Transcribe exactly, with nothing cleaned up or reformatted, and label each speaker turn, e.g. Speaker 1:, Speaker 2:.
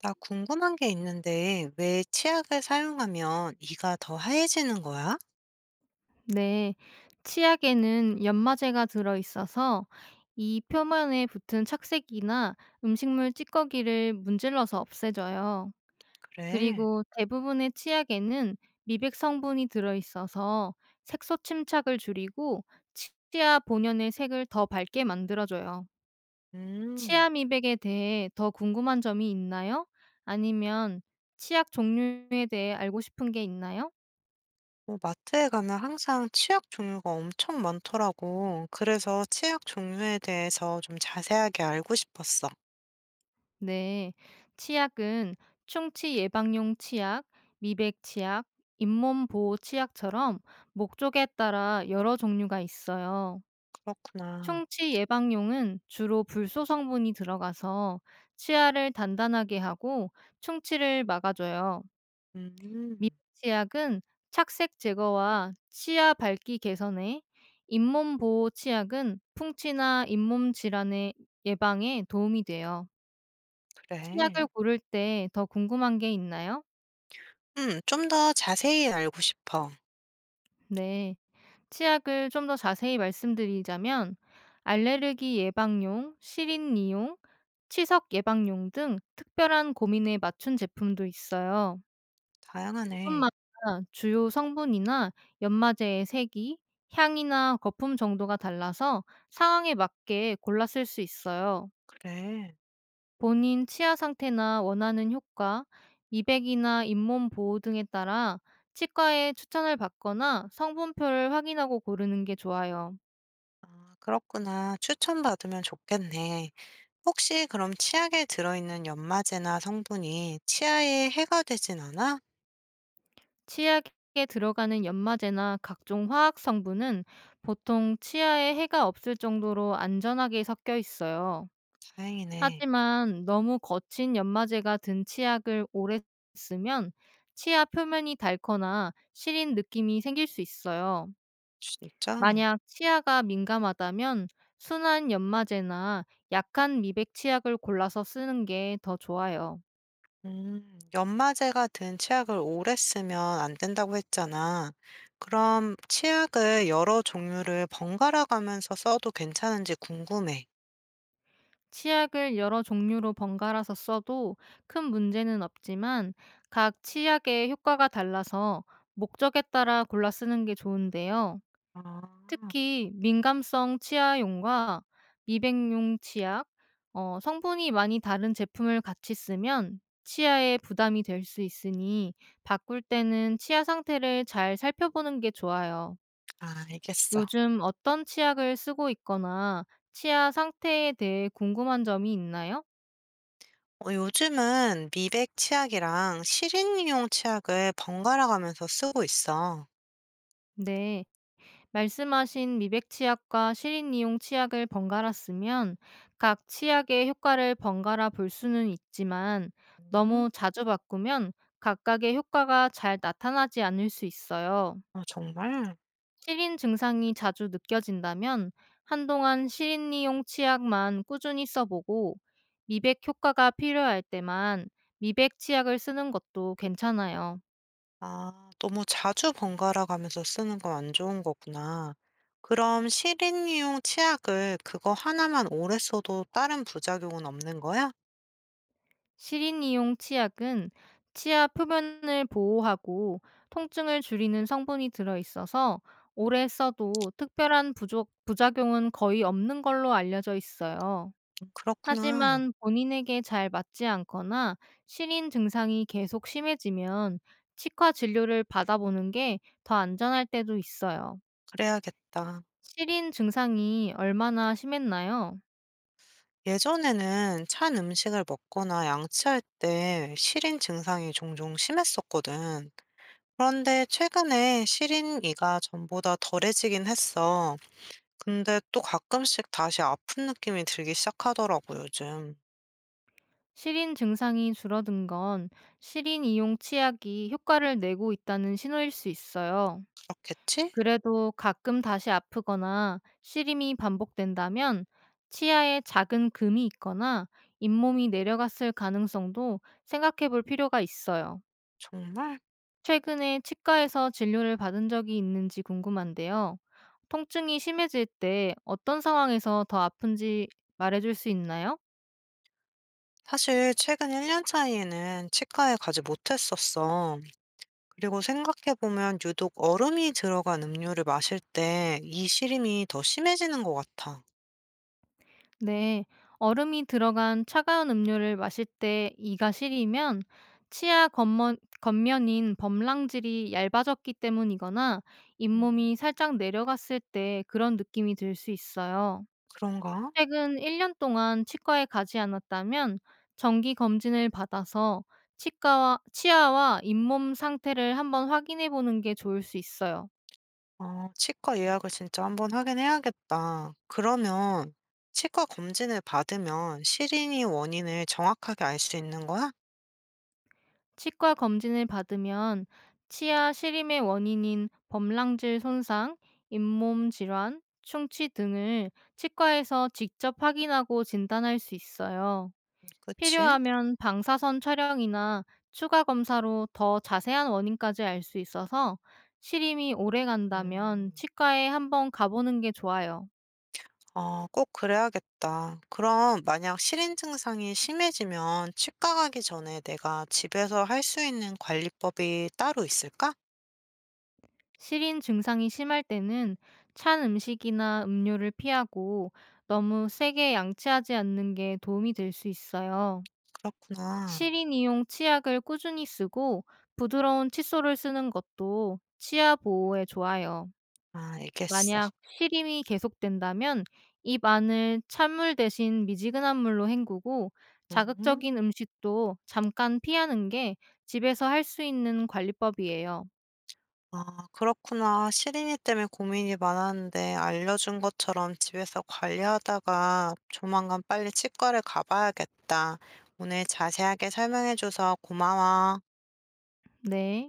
Speaker 1: 나 궁금한 게 있는데, 왜 치약을 사용하면 이가 더 하얘지는 거야?
Speaker 2: 네, 치약에는 연마제가 들어있어서 이 표면에 붙은 착색이나 음식물 찌꺼기를 문질러서 없애줘요.
Speaker 1: 그래.
Speaker 2: 그리고 대부분의 치약에는 미백 성분이 들어있어서 색소 침착을 줄이고 치아 본연의 색을 더 밝게 만들어줘요.
Speaker 1: 음,
Speaker 2: 치아 미백에 대해 더 궁금한 점이 있나요? 아니면 치약 종류에 대해 알고 싶은 게 있나요?
Speaker 1: 뭐 마트에 가면 항상 치약 종류가 엄청 많더라고. 그래서 치약 종류에 대해서 좀 자세하게 알고 싶었어.
Speaker 2: 네, 치약은 충치 예방용 치약, 미백 치약, 잇몸 보호 치약처럼 목적에 따라 여러 종류가 있어요.
Speaker 1: 그렇구나.
Speaker 2: 충치 예방용은 주로 불소 성분이 들어가서 치아를 단단하게 하고 충치를 막아줘요. 미백
Speaker 1: 음,
Speaker 2: 치약은 착색 제거와 치아 밝기 개선에, 잇몸 보호 치약은 풍치나 잇몸 질환의 예방에 도움이 돼요. 치약을
Speaker 1: 그래.
Speaker 2: 고를 때 더 궁금한 게 있나요?
Speaker 1: 음, 좀 더 자세히 알고 싶어.
Speaker 2: 네. 치약을 좀 더 자세히 말씀드리자면 알레르기 예방용, 시린이용, 치석 예방용 등 특별한 고민에 맞춘 제품도 있어요.
Speaker 1: 다양하네.
Speaker 2: 제품마다 주요 성분이나 연마제의 색이, 향이나 거품 정도가 달라서 상황에 맞게 골라 쓸 수 있어요.
Speaker 1: 그래.
Speaker 2: 본인 치아 상태나 원하는 효과, 미백이나 잇몸 보호 등에 따라 치과에 추천을 받거나 성분표를 확인하고 고르는 게 좋아요.
Speaker 1: 아, 그렇구나. 추천받으면 좋겠네. 혹시 그럼 치약에 들어있는 연마제나 성분이 치아에 해가 되진 않아?
Speaker 2: 치약에 들어가는 연마제나 각종 화학 성분은 보통 치아에 해가 없을 정도로 안전하게 섞여 있어요.
Speaker 1: 다행이네.
Speaker 2: 하지만 너무 거친 연마제가 든 치약을 오래 쓰면 치아 표면이 닳거나 시린 느낌이 생길 수 있어요.
Speaker 1: 진짜?
Speaker 2: 만약 치아가 민감하다면 순한 연마제나 약한 미백 치약을 골라서 쓰는 게 더 좋아요.
Speaker 1: 음, 연마제가 든 치약을 오래 쓰면 안 된다고 했잖아. 그럼 치약을 여러 종류를 번갈아 가면서 써도 괜찮은지 궁금해.
Speaker 2: 치약을 여러 종류로 번갈아서 써도 큰 문제는 없지만 각 치약의 효과가 달라서 목적에 따라 골라 쓰는 게 좋은데요.
Speaker 1: 아,
Speaker 2: 특히 민감성 치아용과 미백용 치약, 어, 성분이 많이 다른 제품을 같이 쓰면 치아에 부담이 될 수 있으니 바꿀 때는 치아 상태를 잘 살펴보는 게 좋아요.
Speaker 1: 아, 알겠어.
Speaker 2: 요즘 어떤 치약을 쓰고 있거나 치아 상태에 대해 궁금한 점이 있나요?
Speaker 1: 어, 요즘은 미백 치약이랑 실린이용 치약을 번갈아 가면서 쓰고 있어.
Speaker 2: 네. 말씀하신 미백 치약과 실인 이용 치약을 번갈아 쓰면 각 치약의 효과를 번갈아 볼 수는 있지만
Speaker 1: 음,
Speaker 2: 너무 자주 바꾸면 각각의 효과가 잘 나타나지 않을 수 있어요.
Speaker 1: 어, 정말?
Speaker 2: 실인 증상이 자주 느껴진다면 한동안 실인 이용 치약만 꾸준히 써보고 미백 효과가 필요할 때만 미백 치약을 쓰는 것도 괜찮아요.
Speaker 1: 아, 너무 자주 번갈아 가면서 쓰는 건 안 좋은 거구나. 그럼 시린이용 치약을 그거 하나만 오래 써도 다른 부작용은 없는 거야?
Speaker 2: 시린이용 치약은 치아 표면을 보호하고 통증을 줄이는 성분이 들어있어서 오래 써도 특별한 부족, 부작용은 거의 없는 걸로 알려져 있어요.
Speaker 1: 음, 그렇구나.
Speaker 2: 하지만 본인에게 잘 맞지 않거나 시린 증상이 계속 심해지면 치과 진료를 받아보는 게 더 안전할 때도 있어요.
Speaker 1: 그래야겠다.
Speaker 2: 시린 증상이 얼마나 심했나요?
Speaker 1: 예전에는 찬 음식을 먹거나 양치할 때 시린 증상이 종종 심했었거든. 그런데 최근에 시린이가 전보다 덜해지긴 했어. 근데 또 가끔씩 다시 아픈 느낌이 들기 시작하더라고, 요즘.
Speaker 2: 시린 증상이 줄어든 건 시린 이용 치약이 효과를 내고 있다는 신호일 수 있어요.
Speaker 1: 그렇겠지?
Speaker 2: 그래도 가끔 다시 아프거나 시림이 반복된다면 치아에 작은 금이 있거나 잇몸이 내려갔을 가능성도 생각해 볼 필요가 있어요.
Speaker 1: 정말?
Speaker 2: 최근에 치과에서 진료를 받은 적이 있는지 궁금한데요. 통증이 심해질 때 어떤 상황에서 더 아픈지 말해줄 수 있나요?
Speaker 1: 사실 최근 일 년 차이에는 치과에 가지 못했었어. 그리고 생각해보면 유독 얼음이 들어간 음료를 마실 때 이 시림이 더 심해지는 것 같아.
Speaker 2: 네, 얼음이 들어간 차가운 음료를 마실 때 이가 시리면 치아 겉면, 겉면인 범랑질이 얇아졌기 때문이거나
Speaker 1: 음.
Speaker 2: 잇몸이 살짝 내려갔을 때 그런 느낌이 들 수 있어요.
Speaker 1: 그런가?
Speaker 2: 최근 일 년 동안 치과에 가지 않았다면 정기 검진을 받아서 치과와, 치아와 잇몸 상태를 한번 확인해 보는 게 좋을 수 있어요.
Speaker 1: 어, 치과 예약을 진짜 한번 하긴 해야겠다. 그러면 치과 검진을 받으면 시린이 원인을 정확하게 알 수 있는 거야?
Speaker 2: 치과 검진을 받으면 치아 시림의 원인인 범랑질 손상, 잇몸 질환, 충치 등을 치과에서 직접 확인하고 진단할 수 있어요.
Speaker 1: 그치?
Speaker 2: 필요하면 방사선 촬영이나 추가 검사로 더 자세한 원인까지 알 수 있어서 시림이 오래 간다면
Speaker 1: 음.
Speaker 2: 치과에 한번 가보는 게 좋아요.
Speaker 1: 어, 꼭 그래야겠다. 그럼 만약 실인 증상이 심해지면 치과 가기 전에 내가 집에서 할 수 있는 관리법이 따로 있을까?
Speaker 2: 시린 증상이 심할 때는 찬 음식이나 음료를 피하고 너무 세게 양치하지 않는 게 도움이 될 수 있어요.
Speaker 1: 그렇구나.
Speaker 2: 시린 이용 치약을 꾸준히 쓰고 부드러운 칫솔을 쓰는 것도 치아 보호에 좋아요.
Speaker 1: 아, 알겠어.
Speaker 2: 만약 시림이 계속된다면 입 안을 찬물 대신 미지근한 물로 헹구고
Speaker 1: 음.
Speaker 2: 자극적인 음식도 잠깐 피하는 게 집에서 할 수 있는 관리법이에요.
Speaker 1: 아, 그렇구나. 시린이 때문에 고민이 많았는데 알려준 것처럼 집에서 관리하다가 조만간 빨리 치과를 가봐야겠다. 오늘 자세하게 설명해줘서 고마워.
Speaker 2: 네.